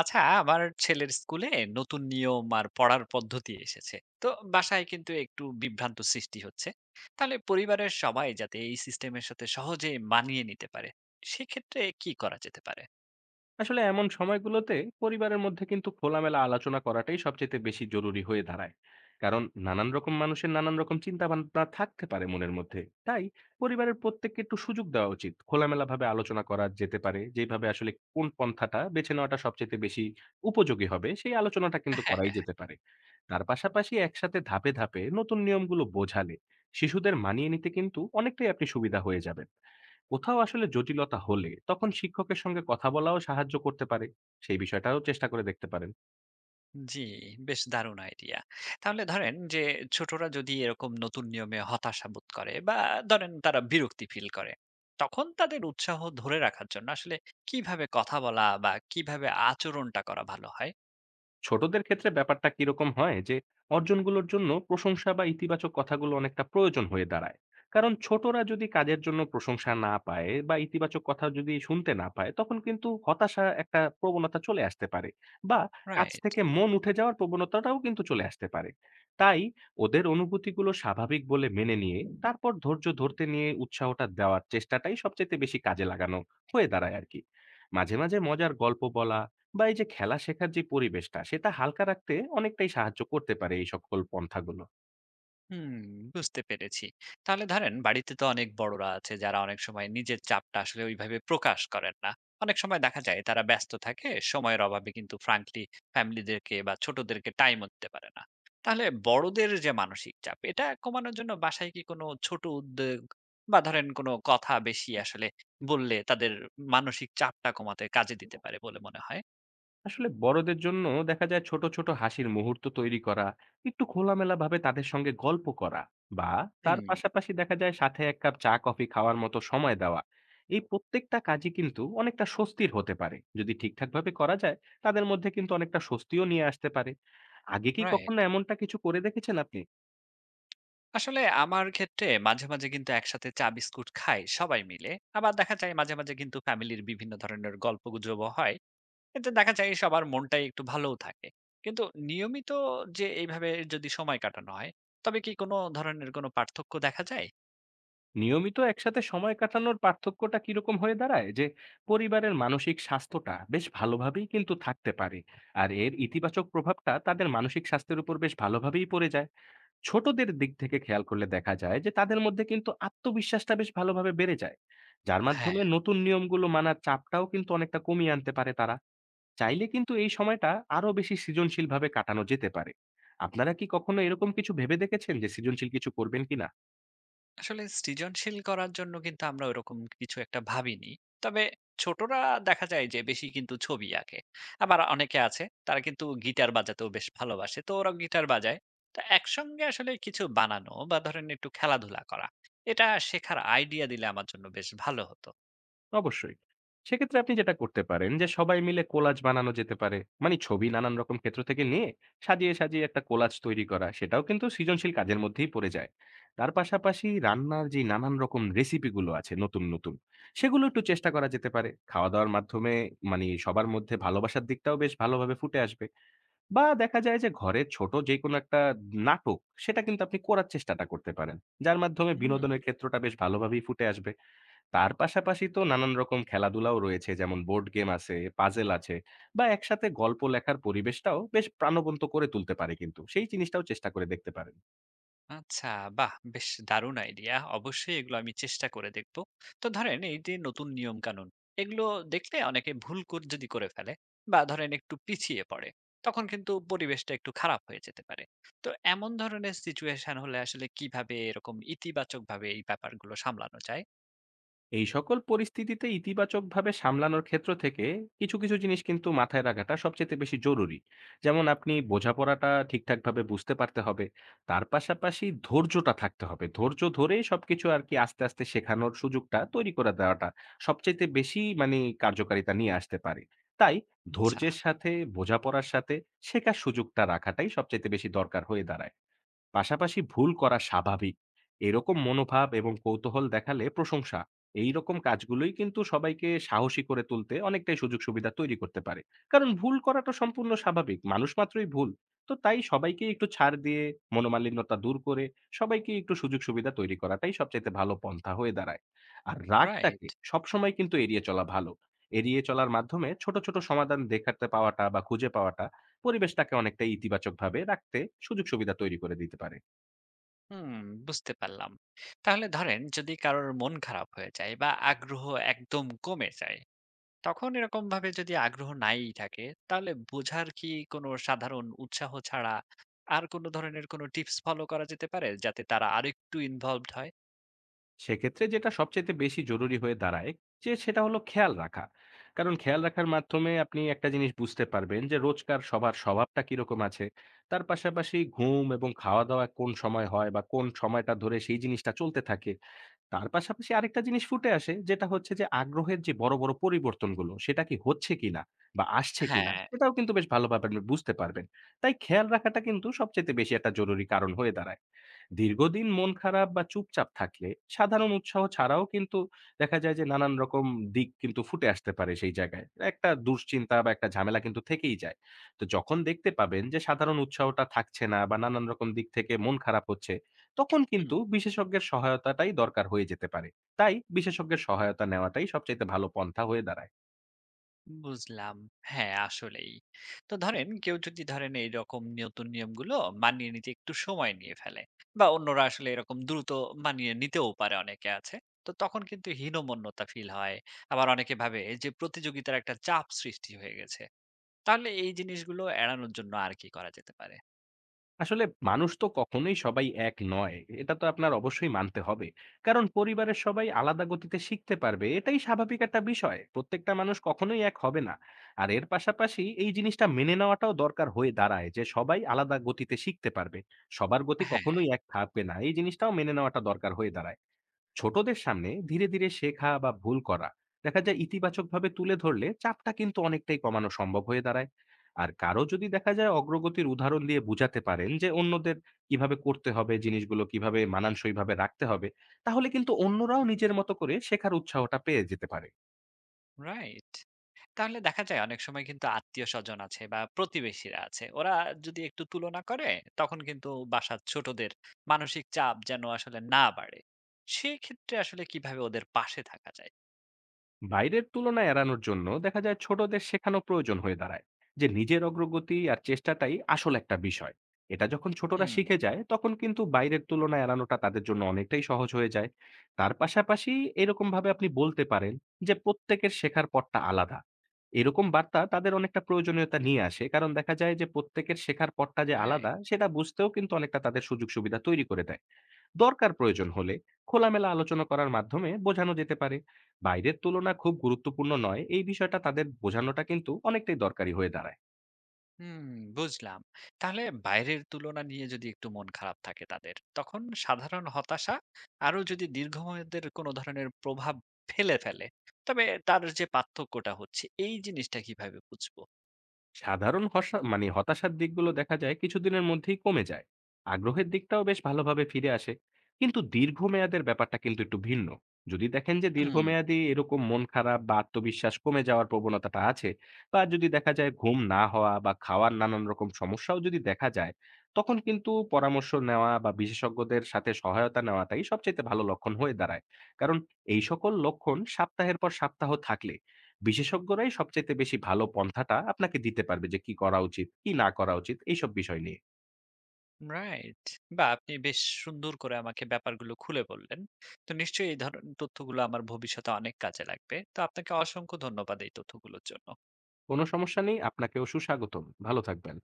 আচ্ছা, আমার ছেলের স্কুলে নতুন নিয়ম আর পড়ার পদ্ধতি এসেছে, তো বাসায় কিন্তু একটু বিভ্রান্ত সৃষ্টি হচ্ছে। তাহলে পরিবারের সবাই যাতে এই সিস্টেমের সাথে সহজে মানিয়ে নিতে পারে, সেক্ষেত্রে কি করা যেতে পারে? আসলে এমন সময়গুলোতে পরিবারের মধ্যে কিন্তু খোলামেলা আলোচনা করাটাই সবচেয়ে বেশি জরুরি হয়ে দাঁড়ায়। কারণ নানান রকম মানুষের নানান রকম চিন্তা ভাবনা থাকতে পারে মনের মধ্যে। তাই পরিবারের প্রত্যেককে একটু সুযোগ দেওয়া উচিত, খোলামেলা ভাবে আলোচনা করা যেতে পারে যেভাবে আসলে কোন পন্থাটা বেছে নেওয়াটা সবচেয়ে বেশি উপযোগী হবে, সেই আলোচনাটা কিন্তু হ্যাঁ, করাই হ্যাঁ। যেতে পারে। তার পাশাপাশি একসাথে ধাপে ধাপে নতুন নিয়মগুলো বোঝালে শিশুদের মানিয়ে নিতে কিন্তু অনেকটাই আপনি সুবিধা হয়ে যাবেন। কোথাও আসলে জটিলতা হলে তখন শিক্ষকের সঙ্গে কথা বলাও সাহায্য করতে পারে। সেই বিষয়টাও চেষ্টা করে দেখতে পারেন। জি, বেশ দারুণ আইডিয়া। তাহলে ধরেন যে ছোটরা যদি এরকম নতুন নিয়মে হতাশা বোধ করে বা ধরেন তারা বিরক্তি ফিল করে, তখন তাদের উৎসাহ ধরে রাখার জন্য আসলে কিভাবে কথা বলা বা কিভাবে আচরণটা করা ভালো হয়? ছোটদের ক্ষেত্রে ব্যাপারটা কিরকম হয় যে, অর্জনগুলোর জন্য প্রশংসা বা ইতিবাচক কথাগুলো অনেকটা প্রয়োজন হয়ে দাঁড়ায়। কারণ ছোটরা যদি কাজের জন্য প্রশংসা না পায় বা ইতিবাচক কথা যদি শুনতে না পায়, তখন কিন্তু হতাশা একটা প্রবণতা চলে আসতে পারে, বা কাজ রাইট। থেকে মন উঠে যাওয়ার প্রবণতাটাও কিন্তু চলে আসতে পারে। তাই ওদের অনুভূতিগুলো স্বাভাবিক বলে মেনে নিয়ে তারপর ধৈর্য ধরতে নিয়ে উৎসাহটা দেওয়ার চেষ্টাটাই সবচেয়ে বেশি কাজে লাগানো হয়ে দাঁড়ায় আর কি। মাঝে মাঝে মজার গল্প বলা, বা এই যে খেলা শেখার যে পরিবেশটা সেটা হালকা রাখতে অনেকটাই সাহায্য করতে পারে এই সকল পন্থাগুলো। হুম, বুঝতে পেরেছি। তাহলে ধরেন বাড়িতে তো অনেক বড়রা আছে যারা অনেক সময় নিজের চাপটা আসলে ওইভাবে প্রকাশ করেন না। অনেক সময় দেখা যায় তারা ব্যস্ত থাকে, সময়ের অভাবে কিন্তু ফ্রাঙ্কলি ফ্যামিলিদেরকে বা ছোটদেরকে টাইমও দিতে পারে না। তাহলে বড়দের যে মানসিক চাপ, এটা কমানোর জন্য বাসায় কি কোনো ছোট উদ্যোগ বা ধরেন কোনো কথা বেশি আসলে বললে তাদের মানসিক চাপটা কমাতে কাজে দিতে পারে বলে মনে হয়? আসলে বড়দের জন্য দেখা যায় ছোট ছোট হাসির মুহূর্ত তৈরি করা, একটু খোলামেলা ভাবে তাদের সঙ্গে গল্প করা, বা তার হুম, পাশাপাশি দেখা যায় সাথে এক কাপ চা কফি খাওয়ার মতো সময় দেওয়া, এই প্রত্যেকটা কাজই কিন্তু অনেকটা স্বস্তির হতে পারে যদি ঠিকঠাক ভাবে করা যায়। তাদের মধ্যে কিন্তু অনেকটা স্বস্তিও নিয়ে আসতে পারে। আগে কি রাইট। কখনো এমনটা কিছু করে দেখেছেন আপনি? আসলে আমার ক্ষেত্রে মাঝে, মাঝে কিন্তু একসাথে চা বিস্কুট খাই সবাই মিলে। আবার দেখা যায় মাঝে, মাঝে কিন্তু ফ্যামিলির বিভিন্ন ধরনের গল্পগুজবও হয়। এতে দেখা যায় সবার মনটাই একটু ভালোও থাকে। কিন্তু নিয়মিত যে এইভাবে যদি সময় কাটানো হয়, তবে কি কোনো ধরনের কোনো পার্থক্য দেখা যায়? নিয়মিত একসাথে সময় কাটানোর পার্থক্যটা কিরকম হয়ে দাঁড়ায় যে, পরিবারের মানসিক স্বাস্থ্যটা বেশ ভালোভাবেই কিন্তু থাকতে পারে। আর এর ইতিবাচক প্রভাবটা তাদের মানসিক স্বাস্থ্যের উপর বেশ ভালোভাবেই পড়ে যায়। ছোটদের দিক থেকে খেয়াল করলে দেখা যায় যে তাদের মধ্যে কিন্তু আত্মবিশ্বাসটা বেশ ভালোভাবে বেড়ে যায়, যার হ্যাঁ। মাধ্যমে নতুন নিয়মগুলো মানার চাপটাও কিন্তু অনেকটা কমিয়ে আনতে পারে তারা। চাইলে কিন্তু এই সময়টা আরো বেশি সৃজনশীলভাবে কাটানো যেতে পারে। আপনারা কি কখনো এরকম কিছু ভেবে দেখেছেন যে সৃজনশীল কিছু করবেন কিনা? আসলে সৃজনশীল করার জন্য কিন্তু আমরা ওরকম কিছু একটা ভাবিনি। তবে ছোটরা দেখা যায় যে বেশি কিন্তু ছবি আঁকে। আবার অনেকে আছে তারা কিন্তু গিটার বাজাতেও বেশ ভালোবাসে। তো ওরাও গিটার বাজায়। তো একসঙ্গে আসলে কিছু বানানো বা ধরেন একটু খেলাধুলা করা, এটা শেখার আইডিয়া দিলে আমার জন্য বেশ ভালো হতো। অবশ্যই। সেক্ষেত্রে আপনি যেটা করতে পারেন যে সবাই মিলে কোলাজ বানানো যেতে পারে। মানে ছবি নানান রকম ক্ষেত্র থেকে নিয়ে সাজিয়ে, সাজিয়ে একটা কোলাজ তৈরি করা, সেটাও কিন্তু সৃজনশীল কাজের মধ্যেই পড়ে যায়। তার পাশাপাশি রান্নার যে নানান রকম রেসিপি গুলো আছে নতুন, নতুন, সেগুলো একটু চেষ্টা করা যেতে পারে। খাওয়া-দাওয়ার মাধ্যমে মানে সবার মধ্যে ভালোবাসার দিকটাও বেশ ভালোভাবে ফুটে আসবে। বা দেখা যায় যে ঘরের ছোট যেকোনো একটা নাটক, সেটা কিন্তু আপনি করার চেষ্টাটা করতে পারেন। যার মাধ্যমে হুম। বিনোদনের ক্ষেত্রটা বেশ ভালোভাবেই ফুটে আসবে। তার পাশাপাশি তো নানান রকম খেলাধুলাও রয়েছে, যেমন বোর্ড গেম আছে, পাজেল আছে, বা একসাথে গল্প লেখার পরিবেশটাও বেশ প্রাণবন্ত করে তুলতে পারে কিন্তু। সেই জিনিসটাও চেষ্টা করে দেখতে পারেন। আচ্ছা, বাহ, বেশ দারুণ আইডিয়া, অবশ্যই এগুলো আমি চেষ্টা করে দেখব। তো ধরেন এই যে নতুন নিয়ম কানুন, এগুলো দেখলে অনেকে ভুল করে যদি করে ফেলে বা ধরেন একটু পিছিয়ে পড়ে, তখন কিন্তু পরিবেশটা একটু খারাপ হয়ে যেতে পারে। তো এমন ধরনের সিচুয়েশন হলে আসলে কিভাবে এরকম ইতিবাচক ভাবে এই ব্যাপারগুলো সামলানো যায়? এই সকল পরিস্থিতিতে ইতিবাচকভাবে সামলানোর ক্ষেত্র থেকে কিছু, কিছু জিনিস কিন্তু মাথায় রাখাটা সবচাইতে বেশি জরুরি। যেমন আপনি বোঝাপড়াটা ঠিকঠাকভাবে বুঝতে পারতে হবে। তার পাশাপাশি ধৈর্যটা থাকতে হবে। ধৈর্য ধরেই সবকিছু আরকি আস্তে, আস্তে শেখানোর সুযোগটা তৈরি করে দেওয়াটা সবচাইতে বেশি মানি কার্যকারিতা নিয়ে আসতে পারে। তাই আচ্ছা। ধৈর্যের সাথে, বোঝাপড়ার সাথে শেখার সুযোগটা রাখাটাই সবচাইতে বেশি দরকার হয়ে দাঁড়ায়। পাশাপাশি ভুল করা স্বাভাবিক, এরকম মনোভাব এবং কৌতূহল দেখালে প্রশংসা, এই রকম কাজগুলোই কিন্তু সবাইকে সাহসী করে তুলতে অনেকটাই সুযোগ সুবিধা তৈরি করতে পারে। কারণ ভুল করাটা সম্পূর্ণ স্বাভাবিক, মানুষ মাত্রই ভুল। তো তাই সবাইকে একটু ছাড় দিয়ে, মনোমালিন্যতা দূর করে, সবাইকে একটু সুযোগ সুবিধা তৈরি করাটাই সবচাইতে ভালো পন্থা হয়ে দাঁড়ায়। আর রাইট। রাগটাকে সবসময় কিন্তু এড়িয়ে চলা ভালো। এড়িয়ে চলার মাধ্যমে ছোট ছোট সমাধান দেখাতে পাওয়াটা বা খুঁজে পাওয়াটা পরিবেশটাকে অনেকটা ইতিবাচকভাবে রাখতে সুযোগ সুবিধা তৈরি করে দিতে পারে। হুম, বুঝতে পারলাম। তাহলে ধরেন যদি কারোর মন খারাপ হয়ে যায় বা আগ্রহ একদম কমে যায়, তখন এরকম ভাবে যদি আগ্রহ নাই থাকে, তাহলে বোঝার কি কোনো সাধারণ উৎসাহ ছাড়া আর কোনো ধরনের কোনো টিপস ফলো করা যেতে পারে যাতে তারা আরেকটু ইনভলভড হয়? সেক্ষেত্রে যেটা সবচাইতে বেশি জরুরি হয়ে দাঁড়ায়, যে সেটা হলো খেয়াল রাখা। কারণ খেয়াল রাখার মাধ্যমে আপনি একটা জিনিস বুঝতে পারবেন যে রোজকার সবার স্বভাবটা কিরকম আছে। তার পাশাপাশি ঘুম এবং খাওয়া-দাওয়া কোন সময় হয় বা কোন সময়টা ধরে সেই জিনিসটা চলতে থাকে, তার পাশাপাশি আরেকটা জিনিস ফুটে আসে যেটা হচ্ছে যে আগ্রহের যে বড়, বড় পরিবর্তনগুলো সেটা কি হচ্ছে কিনা বা আসছে কিনা, হ্যাঁ। সেটাও কিন্তু বেশ ভালোভাবে আপনি বুঝতে পারবেন। তাই খেয়াল রাখাটা কিন্তু সবচাইতে বেশি একটা জরুরি কারণ হয়ে দাঁড়ায়। দীর্ঘদিন মন খারাপ বা চুপচাপ থাকলে সাধারণ উৎসাহ ছাড়াও কিন্তু দেখা যায় যে নানান রকম দিক কিন্তু ফুটে আসতে পারে সেই জায়গায়। একটা দুশ্চিন্তা বা একটা ঝামেলা কিন্তু থেকেই যায়। তো যখন দেখতে পাবেন যে সাধারণ উৎসাহটা থাকছে না বা নানান রকম দিক থেকে মন খারাপ হচ্ছে, তখন হুম, কিন্তু বিশেষজ্ঞের সহায়তাটাই দরকার হয়ে যেতে পারে। তাই বিশেষজ্ঞের সহায়তা নেওয়াটাই সবচাইতে ভালো পন্থা হয়ে দাঁড়ায়। বুঝলাম। হ্যাঁ, আসলেই। তো ধরেন কেউ যদি ধরেন এইরকম নতুন নিয়মগুলো মানিয়ে নিতে একটু সময় নিয়ে ফেলে বা অন্যরা আসলে এরকম দ্রুত মানিয়ে নিতেও পারে, অনেকে আছে, তো তখন কিন্তু হীনমন্যতা ফিল হয়। আবার অনেকে ভাবে যে প্রতিযোগিতার একটা চাপ সৃষ্টি হয়ে গেছে। তাহলে এই জিনিসগুলো এড়ানোর জন্য আর কি করা যেতে পারে? আসলে মানুষ তো কখনোই সবাই এক নয়, এটা তো আপনার অবশ্যই মানতে হবে। কারণ পরিবারের সবাই আলাদা গতিতে শিখতে পারবে, এটাই স্বাভাবিক একটা বিষয়। প্রত্যেকটা মানুষ কখনোই এক হবে না। আর এর পাশাপাশি এই জিনিসটা মেনে নেওয়াটাও দরকার হয়ে দাঁড়ায় যে সবাই আলাদা গতিতে শিখতে পারবে, সবার গতি হ্যাঁ, কখনোই এক থাকবে না, এই জিনিসটাও মেনে নেওয়াটা দরকার হয়ে দাঁড়ায়। ছোটদের সামনে ধীরে ধীরে শেখা বা ভুল করা দেখা যায় ইতিবাচকভাবে তুলে ধরলে চাপটা কিন্তু অনেকটাই কমানো সম্ভব হয়ে দাঁড়ায়। আর কারো যদি দেখা যায়, অগ্রগতির উদাহরণ দিয়ে বুঝাতে পারেন যে অন্যদের কিভাবে করতে হবে, জিনিসগুলো কিভাবে মানানসইভাবে রাখতে হবে, তাহলে কিন্তু অন্যরাও নিজের মতো করে শেখার উৎসাহটা পেয়ে যেতে পারে। রাইট। তাহলে দেখা যায় অনেক সময় কিন্তু আত্মীয়স্বজন আছে বা প্রতিবেশীরা আছে। ওরা যদি একটু তুলনা করে, তখন কিন্তু বাসার ছোটদের মানসিক চাপ যেন আসলে না বাড়ে। সেক্ষেত্রে আসলে কিভাবে ওদের পাশে থাকা যায়? বাইরের তুলনা এড়ানোর জন্য দেখা যায় ছোটদের শেখানো প্রয়োজন হয়ে দাঁড়ায় যে নিজের অগ্রগতি আর চেষ্টাটাই আসল একটা বিষয়। এটা যখন ছোটরা হুম, শিখে যায়, তখন কিন্তু বাইরের তুলনা এড়ানোটা তাদের জন্য অনেকটাই সহজ হয়ে যায়। তার পাশাপাশি এরকম ভাবে আপনি বলতে পারেন যে প্রত্যেকের শেখার পথটা আলাদা, এরকম বার্তা তাদের অনেকটা প্রয়োজনীয়তা নিয়ে আসে। কারণ দেখা যায় যে প্রত্যেকের শেখার পথটা যে আলাদা রাইট। সেটা বুঝতেও কিন্তু অনেকটা তাদের সুযোগ সুবিধা তৈরি করে দেয়। দরকার প্রয়োজন হলে খোলামেলা আলোচনা করার মাধ্যমে বোঝানো যেতে পারে। বাইরের তুলনা খুব গুরুত্বপূর্ণ নয়, এই বিষয়টা তাদের বোঝানোটা কিন্তু অনেকটাই দরকারি হয়ে দাঁড়ায়। হুম, বুঝলাম। তাহলে বাইরের তুলনা নিয়ে যদি একটু মন খারাপ থাকে তাদের, তখন সাধারণ হতাশা আরো যদি দীর্ঘমেয়াদের কোনো ধরনের প্রভাব ফেলে ফেলে, তবে তার যে পার্থক্যটা হচ্ছে এই জিনিসটা কিভাবে বুঝবো? সাধারণ হসা মানে হতাশার দিকগুলো দেখা যায় কিছুদিনের মধ্যেই কমে যায়। আগ্রহের দিকটাও বেশ ভালোভাবে ফিরে আসে। কিন্তু দীর্ঘমেয়াদের ব্যাপারটা কিন্তু একটু ভিন্ন। যদি দেখেন যে হুম। দীর্ঘমেয়াদী এরকম মন খারাপ বা আত্মবিশ্বাস কমে যাওয়ার প্রবণতাটা আছে, বা যদি দেখা যায় ঘুম না হওয়া বা খাওয়ার নানান রকম সমস্যাও যদি দেখা যায়, তখন কিন্তু পরামর্শ নেওয়া বা বিশেষজ্ঞদের সাথে সহায়তা নেওয়াটাই সবচাইতে ভালো লক্ষণ হয়ে দাঁড়ায়। কারণ এই সকল লক্ষণ সপ্তাহের পর সপ্তাহ থাকলে বিশেষজ্ঞরাই সবচাইতে বেশি ভালো পন্থাটা আপনাকে দিতে পারবে যে কি করা উচিত, কি না করা উচিত এইসব বিষয় নিয়ে। রাইট। বাহ! আপনি বেশ সুন্দর করে আমাকে ব্যাপারগুলো খুলে বললেন। তো নিশ্চয়ই এই ধরনের তথ্যগুলো আমার ভবিষ্যতে অনেক কাজে লাগবে। তো আপনাকে অসংখ্য ধন্যবাদ এই তথ্যগুলোর জন্য। কোনো সমস্যা নেই। আপনাকেও সুস্বাগতম। ভালো থাকবেন।